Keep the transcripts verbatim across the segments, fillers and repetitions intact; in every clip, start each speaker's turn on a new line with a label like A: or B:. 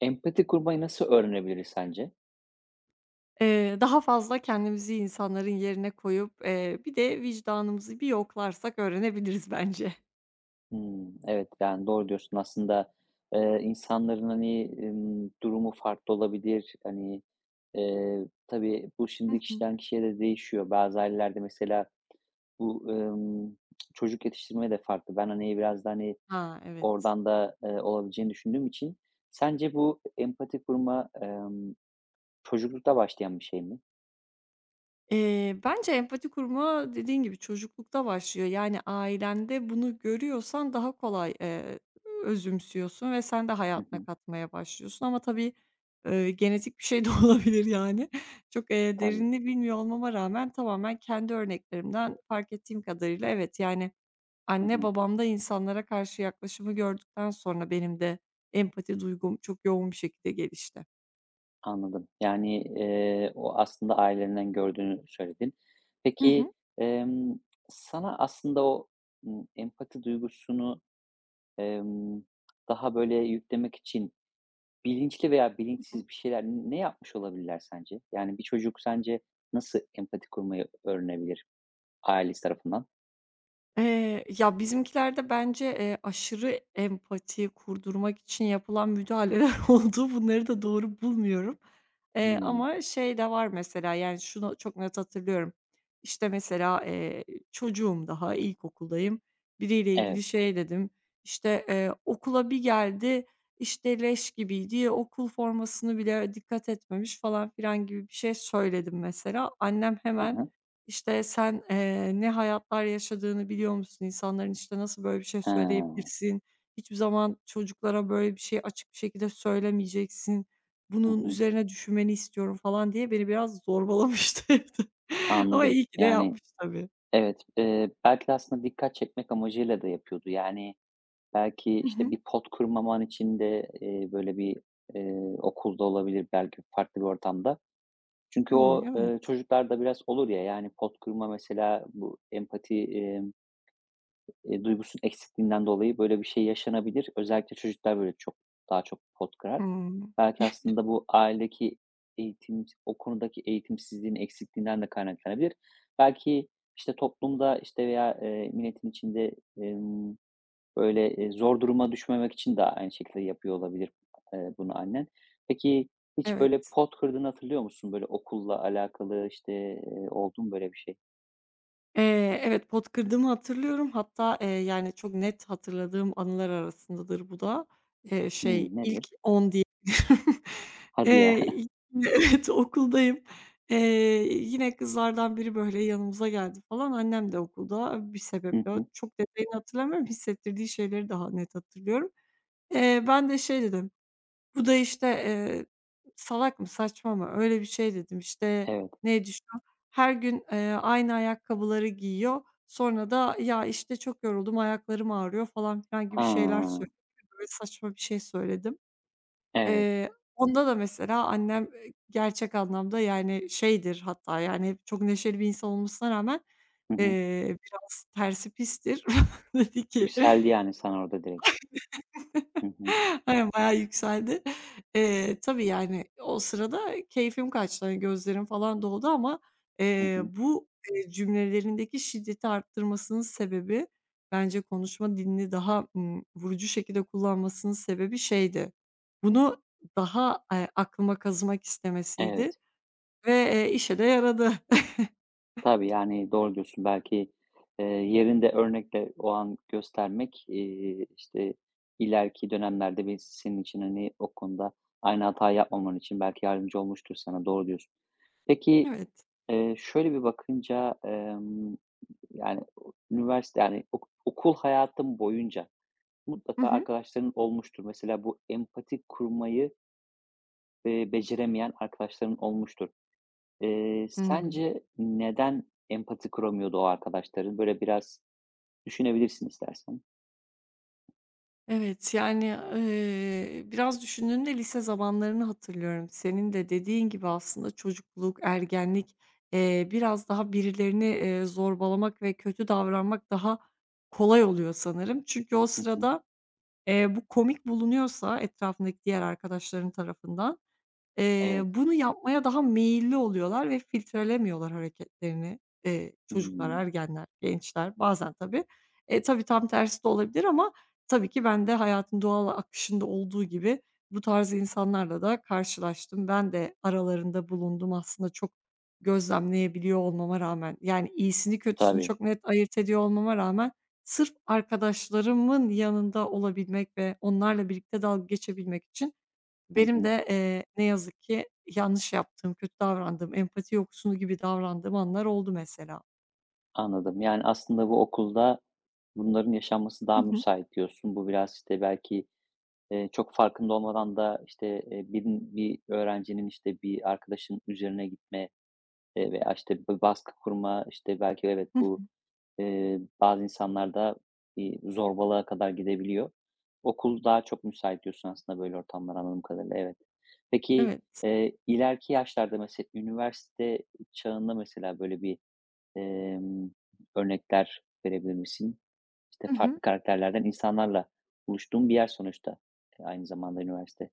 A: Empati kurmayı nasıl öğrenebiliriz sence?
B: Eee, daha fazla kendimizi insanların yerine koyup, eee, bir de vicdanımızı bir yoklarsak öğrenebiliriz bence.
A: Hımm, evet, yani, doğru diyorsun. Aslında, eee, insanların, hani, ımm, durumu farklı olabilir. Hani, eee, tabii bu
B: Hı
A: şimdi
B: hı.
A: kişiden kişiye de değişiyor. Bazı ailelerde mesela bu, ımm, çocuk yetiştirme de farklı. Ben, hani, biraz da, hani,
B: Ha, evet.
A: oradan da, eee, olabileceğini düşündüğüm için sence bu empati kurma, emm, çocuklukta başlayan bir şey mi?
B: Eee, bence empati kurma dediğin gibi çocuklukta başlıyor. Yani ailende bunu görüyorsan daha kolay, eee, özümsüyorsun ve sen de
A: Hı
B: hayatına
A: hı.
B: katmaya başlıyorsun ama tabii, eee, genetik bir şey de olabilir yani. Çok, eee,
A: Tabii.
B: derinini bilmiyor olmama rağmen tamamen kendi örneklerimden fark ettiğim kadarıyla evet, yani
A: Hı
B: anne
A: hı.
B: babamda insanlara karşı yaklaşımı gördükten sonra benim de empati duygum çok yoğun bir şekilde gelişti.
A: Anladım. Yani, eee, o aslında ailelerinden gördüğünü söyledin.
B: Hı hı.
A: Peki, emm, sana aslında o, ımm, empati duygusunu, emm, daha böyle yüklemek için bilinçli veya bilinçsiz bir şeyler ne yapmış olabilirler sence? Yani bir çocuk sence nasıl empati kurmayı öğrenebilir ailesi tarafından?
B: Eee, ya, bizimkilerde bence, eee, aşırı empati kurdurmak için yapılan müdahaleler oldu. Bunları da doğru bulmuyorum. Eee,
A: Hımm.
B: ama şey de var mesela, yani, şunu çok net hatırlıyorum. İşte, mesela, eee, çocuğum daha, ilkokuldayım. Biriyle ilgili
A: Evet.
B: şey dedim, İşte eee, okula bir geldi, işte, leş gibiydi, okul formasını bile dikkat etmemiş falan filan gibi bir şey söyledim mesela. Annem
A: Hı
B: hemen
A: hı.
B: işte, sen, eee, ne hayatlar yaşadığını biliyor musun? İnsanların, işte, nasıl böyle bir şey
A: Ha.
B: söyleyebilirsin? Hiçbir zaman çocuklara böyle bir şey açık bir şekilde söylemeyeceksin.
A: Hı
B: Bunun
A: hı.
B: üzerine düşünmeni istiyorum falan diye beni biraz zorbalamıştı evde. Ama
A: Anladım.
B: iyi ki de
A: Yani
B: yapmış tabii.
A: evet, eee, belki de aslında dikkat çekmek amacıyla da yapıyordu. Yani, Belki,
B: Hı
A: işte,
B: hı.
A: bir pot kırmaman için de, eee, böyle bir, eee, okulda olabilir, belki farklı bir ortamda. Çünkü
B: Hımm,
A: o, eee,
B: evet.
A: çocuklarda biraz olur ya, yani, pot kırma mesela bu empati, emm, eee, duygusunun eksikliğinden dolayı böyle bir şey yaşanabilir. Özellikle çocuklar böyle çok daha çok pot kırar.
B: Hımm,
A: Belki aslında bu ailedeki eğitim o konudaki eğitimsizliğin eksikliğinden de kaynaklanabilir. Belki, işte, toplumda, işte, veya, eee, milletin içinde, emm, Böyle, eee, zor duruma düşmemek için de aynı şekilde yapıyor olabilir, eee, bunu annen. Peki, hiç böyle
B: evet.
A: pot kırdığını hatırlıyor musun? Böyle okulla alakalı, işte, eee, oldu mu böyle bir şey?
B: Eee, evet, pot kırdığımı hatırlıyorum. Hatta, eee, yani, çok net hatırladığım anılar arasındadır bu da. Eee, şey,
A: Hımm,
B: ilk
A: nedir?
B: on diyebilirim. Eee,
A: Hadi ya.
B: yine evet, okuldayım. Eee, Yine kızlardan biri, böyle, yanımıza geldi falan. Annem de okulda bir
A: Hı
B: sebeple.
A: hı.
B: Çok detayını hatırlamıyorum, hissettirdiği şeyleri daha net hatırlıyorum. Eee, ben de şey dedim bu da, işte, eee, "Salak mı, saçma mı?" öyle bir şey dedim. İşte,
A: Evet.
B: neydi şu, her gün, eee, aynı ayakkabıları giyiyor. Sonra da, "Ya, işte, çok yoruldum, ayaklarım ağrıyor." falan filan gibi
A: Ha,
B: şeyler söyledi. Böyle saçma bir şey söyledim.
A: evet.
B: Eee, Onda da mesela annem, eee, gerçek anlamda, yani, şeydir hatta, yani, hep çok neşeli bir insan olmasına rağmen,
A: Hı hı.
B: eee, biraz tersi pistir. Dedi ki
A: Yükseldi yani sana orada direkt. Hı hı.
B: aynen, bayağı yükseldi. Eee, tabii, yani, o sırada keyfim kaçtı, hani, gözlerim falan doldu ama,
A: Hı
B: eee,
A: hı.
B: bu, eee, cümlelerindeki şiddeti arttırmasının sebebi bence konuşma dilini daha, ımm, vurucu şekilde kullanmasının sebebi şeydi, bunu daha, eee, aklıma kazımak istemesiydi
A: Evet.
B: ve, eee, işe de yaradı.
A: Tabii, yani, doğru diyorsun. Belki, eee, yerinde örnekle o an göstermek, eee, işte, ileriki dönemlerde bir senin için, hani, o konuda aynı hata yapmaman için belki yardımcı olmuştur sana. Doğru diyorsun. Peki,
B: Evet.
A: eee, şöyle bir bakınca, emm, yani, o üniversite, yani, ok okul hayatım boyunca
B: Hı
A: mutlaka
B: hı.
A: arkadaşların olmuştur. Mesela bu empati kurmayı, eee, beceremeyen arkadaşların olmuştur. Eee,
B: Hıı.
A: sence neden empati kuramıyordu o arkadaşların? Böyle biraz düşünebilirsin istersen.
B: Evet, yani, eee, biraz düşündüğümde lise zamanlarını hatırlıyorum. Senin de dediğin gibi aslında çocukluk, ergenlik, eee, biraz daha birilerini, eee, zorbalamak ve kötü davranmak daha kolay oluyor sanırım. Çünkü o
A: Hı hı.
B: sırada, eee, bu komik bulunuyorsa etrafındaki diğer arkadaşların tarafından, Eee,
A: Evet.
B: bunu yapmaya daha meyilli oluyorlar ve filtrelemiyorlar hareketlerini, eee, çocuklar,
A: Hımm.
B: ergenler, gençler bazen tabii. E, tabii tam tersi de olabilir ama tabii ki ben de hayatın doğal akışında olduğu gibi bu tarz insanlarla da karşılaştım. Ben de aralarında bulundum aslında çok gözlemleyebiliyor olmama rağmen. Yani iyisini kötüsünü
A: Tabii.
B: çok net ayırt ediyor olmama rağmen sırf arkadaşlarımın yanında olabilmek ve onlarla birlikte dalga geçebilmek için
A: Hı
B: benim
A: hı.
B: de, eee, ne yazık ki yanlış yaptığım, kötü davrandığım, empati yoksunu gibi davrandığım anlar oldu mesela.
A: Anladım. Yani, aslında bu okulda bunların yaşanması
B: Hı
A: daha
B: hı.
A: müsait diyorsun. Bu biraz, işte, belki Eee, çok farkında olmadan da, işte, eee, birin bir öğrencinin, işte, bir arkadaşın üzerine gitme, eee, veya, işte, b baskı kurma, işte, belki evet,
B: Hı
A: bu,
B: hı.
A: eee, bazı insanlarda, iii, zorbalığa kadar gidebiliyor. Okul daha çok müsait diyorsun aslında böyle ortamlar anladığım kadarıyla, evet. Peki,
B: Evet.
A: eee, ileriki yaşlarda mesela üniversite çağında mesela böyle bir, emm, örnekler verebilir misin? İşte,
B: Hı hı.
A: farklı karakterlerden insanlarla buluştuğum bir yer sonuçta, eee, aynı zamanda üniversite.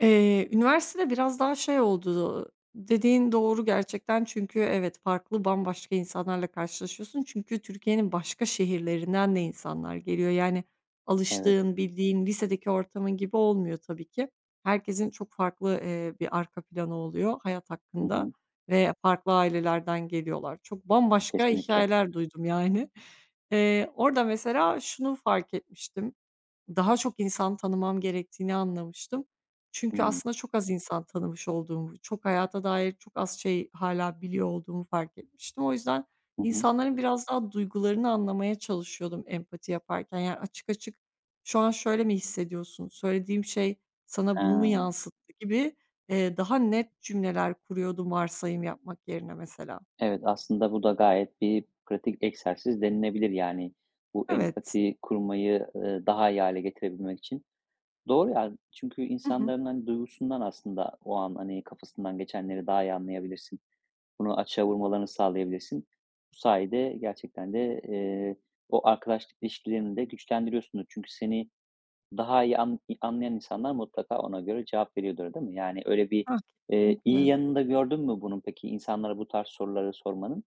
B: Eee, üniversitede biraz daha şey oldu, dediğin doğru gerçekten çünkü evet, farklı, bambaşka insanlarla karşılaşıyorsun. Çünkü Türkiye'nin başka şehirlerinden de insanlar geliyor. Yani
A: Evet.
B: alıştığın, bildiğin lisedeki ortamın gibi olmuyor tabii ki. Herkesin çok farklı, eee, bir arka planı oluyor hayat
A: Hı
B: hakkında
A: hı.
B: ve farklı ailelerden geliyorlar. Çok bambaşka
A: Kesinlikle.
B: hikayeler duydum yani. Eee, orada mesela şunu fark etmiştim. Daha çok insan tanımam gerektiğini anlamıştım. Çünkü
A: Hımm.
B: aslında çok az insan tanımış olduğumu, çok hayata dair çok az şey hâlâ biliyor olduğumu fark etmiştim. O yüzden
A: Hı hı.
B: insanların biraz daha duygularını anlamaya çalışıyordum empati yaparken. Yani, açık açık, "Şu an şöyle mi hissediyorsun? Söylediğim şey sana
A: Ha.
B: bunu mu yansıttı?" gibi, eee, daha net cümleler kuruyordum varsayım yapmak yerine mesela.
A: Evet, aslında bu da gayet bir pratik egzersiz denilebilir, yani, bu
B: Evet.
A: empati kurmayı, ııı, daha iyi hâle getirebilmek için. Doğru ya, çünkü
B: Hı hı.
A: insanların, hani, duygusundan aslında o an, hani, kafasından geçenleri daha iyi anlayabilirsin. Bunu açığa vurmalarını sağlayabilirsin. Bu sayede gerçekten de, eee, o arkadaşlık ilişkilerini de güçlendiriyorsundur. Çünkü seni Daha iyi an anlayan insanlar mutlaka ona göre cevap veriyordur, değil mi? Yani öyle bir,
B: Ah,
A: eee, iyi
B: kesinlikle.
A: yanında gördün mü bunun peki, insanlara bu tarz soruları sormanın?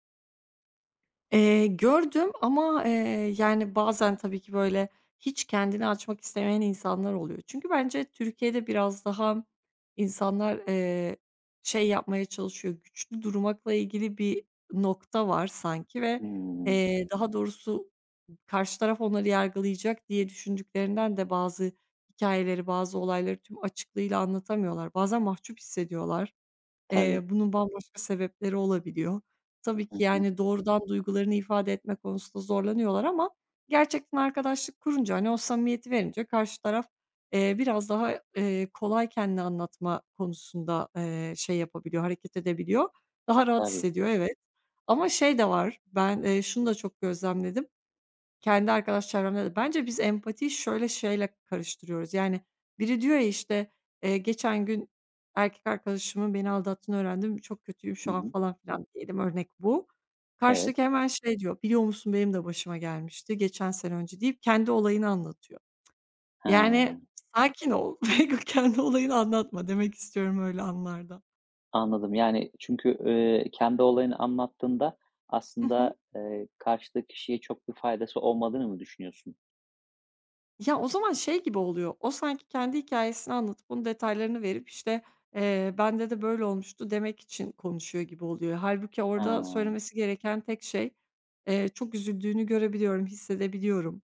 B: Eee, gördüm ama, eee, yani, bazen tabii ki, böyle, hiç kendini açmak istemeyen insanlar oluyor. Çünkü bence Türkiye'de biraz daha insanlar, eee, şey yapmaya çalışıyor, güçlü durmakla ilgili bir nokta var sanki ve,
A: Hımm.
B: eee, daha doğrusu karşı taraf onları yargılayacak diye düşündüklerinden de bazı hikayeleri, bazı olayları tüm açıklığıyla anlatamıyorlar. Bazen mahcup hissediyorlar. Eee,
A: Tabii.
B: bunun bambaşka sebepleri olabiliyor. Tabii
A: Hı
B: ki,
A: hı.
B: yani, doğrudan duygularını ifade etme konusunda zorlanıyorlar ama gerçekten arkadaşlık kurunca, hani, o samimiyeti verince karşı taraf, eee, biraz daha, eee, kolay kendini anlatma konusunda, eee, şey yapabiliyor, hareket edebiliyor. Daha rahat
A: Tabii.
B: hissediyor, evet. Ama şey de var, ben, eee, şunu da çok gözlemledim. Kendi arkadaş çevremde de. Bence biz empatiyi şöyle şeyle karıştırıyoruz. Yani biri diyor ya, işte, eee, "Geçen gün erkek arkadaşımın beni aldattığını öğrendim. Çok kötüyüm
A: Hı
B: şu an."
A: hı.
B: falan filan diyelim, örnek bu. Karşıdaki
A: Evet.
B: hemen şey diyor, "Biliyor musun benim de başıma gelmişti geçen sene önce." deyip kendi olayını anlatıyor.
A: Ha,
B: Yani sakin ol, kendi olayını anlatma demek istiyorum öyle anlarda.
A: anladım. Yani çünkü, eee, kendi olayını anlattığında aslında, eee, karşıdaki kişiye çok bir faydası olmadığını mı düşünüyorsun?
B: Ya, o zaman şey gibi oluyor, o sanki kendi hikayesini anlatıp bunun detaylarını verip, işte, eee, "Bende de böyle olmuştu." demek için konuşuyor gibi oluyor. Halbuki
A: Ha,
B: orada söylemesi gereken tek şey, eee, çok üzüldüğünü görebiliyorum, hissedebiliyorum.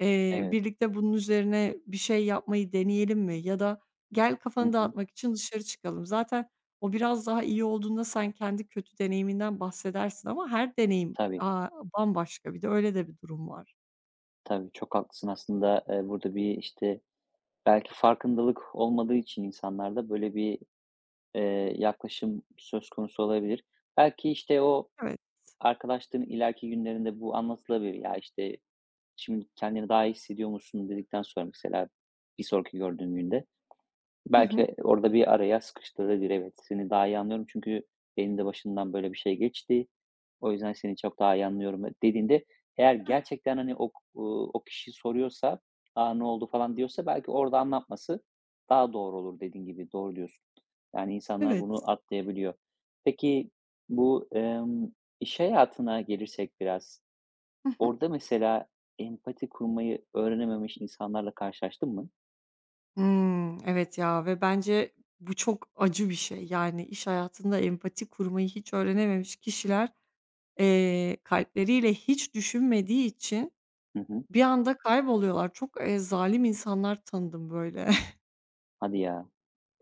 B: Eee,
A: evet.
B: birlikte bunun üzerine bir şey yapmayı deneyelim mi? Ya da gel
A: Hı
B: kafanı
A: hı.
B: dağıtmak için dışarı çıkalım. Zaten o biraz daha iyi olduğunda sen kendi kötü deneyiminden bahsedersin ama her deneyim,
A: Tabii,
B: aaa, bambaşka. Bir de öyle de bir durum var.
A: tabii. Çok haklısın aslında, eee, burada bir, işte, belki farkındalık olmadığı için insanlarda böyle bir, Eee, yaklaşım söz konusu olabilir. Belki, işte, o
B: Evet.
A: arkadaşlığın ileriki günlerinde bu anlatılabilir. "Ya, işte, şimdi kendini daha iyi hissediyor musun?" dedikten sonra mesela bir sonraki gördüğün günde,
B: Hı hı.
A: Belki orada bir araya sıkıştırabilir. Evet, seni daha iyi anlıyorum çünkü benim de başından böyle bir şey geçti. O yüzden seni çok daha iyi anlıyorum dediğinde eğer gerçekten, hani, o k o kişi soruyorsa, "A, ne oldu?" falan diyorsa belki orada anlatması daha doğru olur dediğin gibi. Doğru diyorsun. Yani insanlar
B: Evet.
A: bunu atlayabiliyor. Peki bu, emm, iş hayatına gelirsek biraz,
B: Hı hı.
A: orada mesela empati kurmayı öğrenememiş insanlarla karşılaştın mı?
B: Hmm evet ya ve bence bu çok acı bir şey. Yani iş hayatında empati kurmayı hiç öğrenememiş kişiler, eee, kalpleriyle hiç düşünmediği için
A: Hı hı.
B: bir anda kayboluyorlar. Çok, eee, zalim insanlar tanıdım böyle.
A: Hadi ya,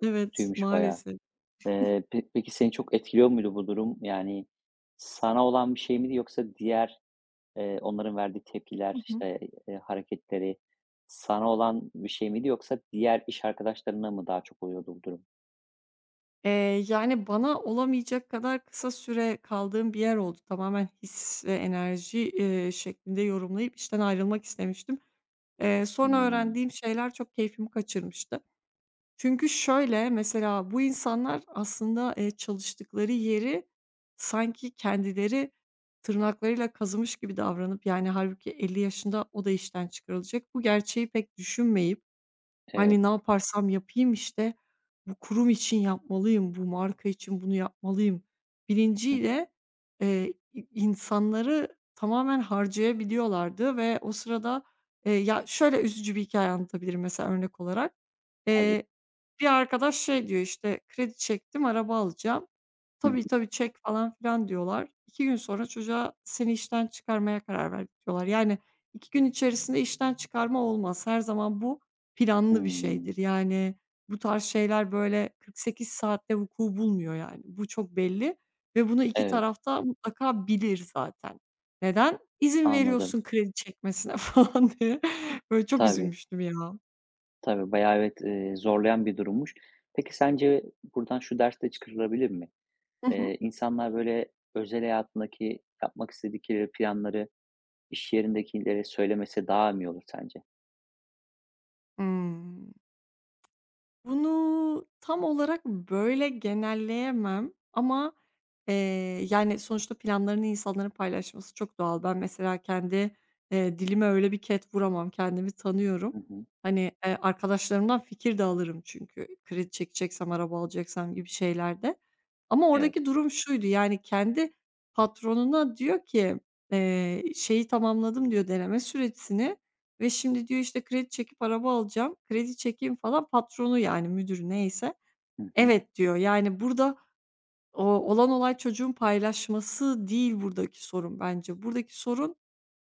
B: Evet,
A: kötüymüş bayağı.
B: maalesef.
A: Eee, pe peki seni çok etkiliyor muydu bu durum? Yani sana olan bir şey miydi yoksa diğer, eee, onların verdiği
B: Hı
A: tepkiler,
B: hı.
A: işte, eee, hareketleri sana olan bir şey miydi yoksa diğer iş arkadaşlarına mı daha çok oluyordu bu durum?
B: Eee, yani bana olamayacak kadar kısa süre kaldığım bir yer oldu. Tamamen his ve enerji, eee, şeklinde yorumlayıp işten ayrılmak istemiştim. Eee, sonra
A: Hımm.
B: öğrendiğim şeyler çok keyfimi kaçırmıştı. Çünkü şöyle, mesela bu insanlar aslında, eee, çalıştıkları yeri sanki kendileri tırnaklarıyla kazımış gibi davranıp, yani, hâlbuki elli yaşında o da işten çıkarılacak. Bu gerçeği pek düşünmeyip
A: Evet.
B: hani, ne yaparsam yapayım, işte, bu kurum için yapmalıyım, bu marka için bunu yapmalıyım
A: Hı,
B: bilinciyle, eee, i insanları tamamen harcayabiliyorlardı ve o sırada, eee, ya, şöyle üzücü bir hikaye anlatabilirim mesela örnek olarak.
A: tabii.
B: Eee, Bir arkadaş şey diyor, işte, "Kredi çektim, araba alacağım."
A: Hı hı.
B: Tabii, tabii, çek falan filan diyorlar. İki gün sonra çocuğa seni işten çıkarmaya karar verdik diyorlar. Yani iki gün içerisinde işten çıkarma olmaz. Her zaman bu planlı bir
A: Hımm.
B: şeydir. Yani bu tarz şeyler böyle kırk sekiz saatte vuku bulmuyor yani. Bu çok belli ve bunu iki
A: Evet,
B: tarafta mutlaka bilir zaten. Neden? İzin
A: anladım.
B: veriyorsun kredi çekmesine falan diye. Böyle çok
A: Tabii,
B: üzülmüştüm ya.
A: tabii. Bayağı evet, eee, zorlayan bir durummuş. Peki sence buradan şu ders de çıkarılabilir mi?
B: Hı hı.
A: Eee, insanlar böyle özel hayatındaki yapmak istedikleri planları İş yerindekilere söylemesi daha mı iyi olur sence?
B: Hımm. Bunu tam olarak böyle genelleyemem ama, eee, yani, sonuçta planlarını insanların paylaşması çok doğal. Ben mesela kendi, eee, dilime öyle bir ket vuramam. Kendimi tanıyorum.
A: Hı hı.
B: Hani, eee, arkadaşlarımdan fikir de alırım çünkü kredi çekeceksem, araba alacaksam gibi şeylerde. Ama
A: Evet.
B: oradaki durum şuydu, yani, kendi patronuna diyor ki, eee, şeyi tamamladım diyor, deneme sürecini. Ve şimdi diyor, işte, kredi çekip araba alacağım. Kredi çekeyim falan. Patronu yani müdürü neyse,
A: Hı hı.
B: "Evet." diyor. Yani burada o olan olay çocuğun paylaşması değil buradaki sorun bence. Buradaki sorun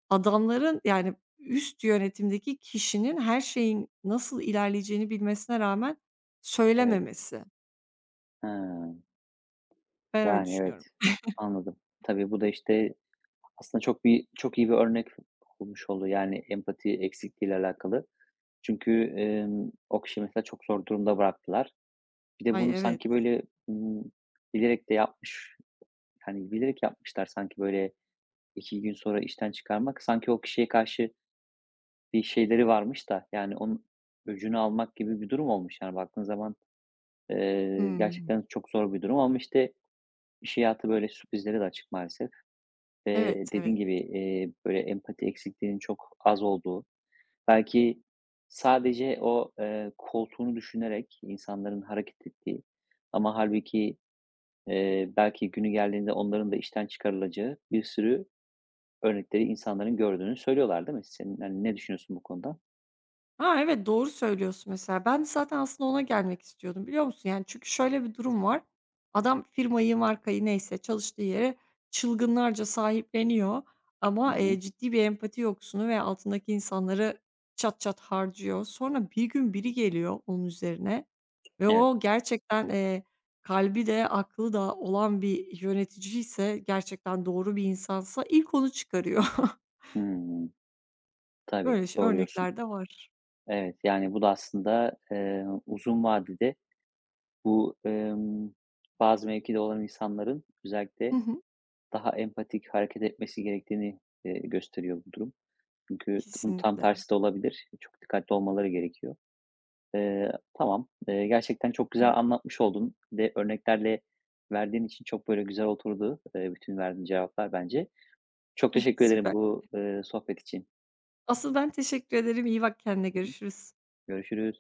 B: adamların, yani üst yönetimdeki kişinin her şeyin nasıl ilerleyeceğini bilmesine rağmen
A: Evet.
B: söylememesi.
A: Ha,
B: Ben öyle
A: yani,
B: düşünüyorum.
A: evet. Anladım. Tabii bu da, işte, aslında çok bir çok iyi bir örnek olmuş oldu, yani, empati eksikliğiyle alakalı. Çünkü, emm, o kişiyi mesela çok zor durumda bıraktılar. Bir de
B: Ay,
A: bunu
B: evet.
A: sanki, böyle, ımm, bilerek de yapmış, Yani bilerek yapmışlar sanki, böyle, iki gün sonra işten çıkarmak sanki o kişiye karşı bir şeyleri varmış da, yani, onun öcünü almak gibi bir durum olmuş, yani, baktığın zaman Eee,
B: Hımm.
A: gerçekten çok zor bir durum ama, işte, iş hayatı böyle sürprizlere de açık maalesef ve
B: Evet,
A: dediğin
B: evet.
A: gibi, eee, böyle empati eksikliğinin çok az olduğu, belki sadece o, eee, koltuğunu düşünerek insanların hareket ettiği ama halbuki eee, belki günü geldiğinde onların da işten çıkarılacağı bir sürü örnekleri insanların gördüğünü söylüyorlar, değil mi? Senin, hani, ne düşünüyorsun bu konuda?
B: Ha, evet, doğru söylüyorsun mesela. Ben de zaten aslında ona gelmek istiyordum, biliyor musun? Yani, çünkü şöyle bir durum var. Adam firmayı, markayı neyse çalıştığı yere çılgınlarca sahipleniyor
A: Hı
B: ama,
A: hı.
B: eee, ciddi bir empati yoksunu ve altındaki insanları çat çat harcıyor. Sonra bir gün biri geliyor onun üzerine ve
A: Evet.
B: o gerçekten, eee, kalbi de aklı da olan bir yöneticiyse, gerçekten doğru bir insansa ilk onu çıkarıyor.
A: Hımm. Tabii,
B: Böyle şey
A: doğru diyorsun.
B: örnekler de var.
A: Evet, yani, bu da aslında, eee, uzun vadede Bu, emm, bazı mevkide olan insanların
B: Hı
A: özellikle
B: hı.
A: daha empatik hareket etmesi gerektiğini, eee, gösteriyor bu durum. Çünkü bunun tam
B: Kesinlikle.
A: tersi de olabilir. Çok dikkatli olmaları gerekiyor. Eee, tamam, eee, gerçekten çok güzel anlatmış oldun ve örneklerle verdiğin için çok böyle güzel oturdu, eee, bütün verdiğin cevaplar bence. Çok teşekkür ederim
B: Süper.
A: bu, eee, sohbet için.
B: Asıl ben teşekkür ederim. İyi bak kendine.
A: Hı hı.
B: Görüşürüz.
A: Görüşürüz.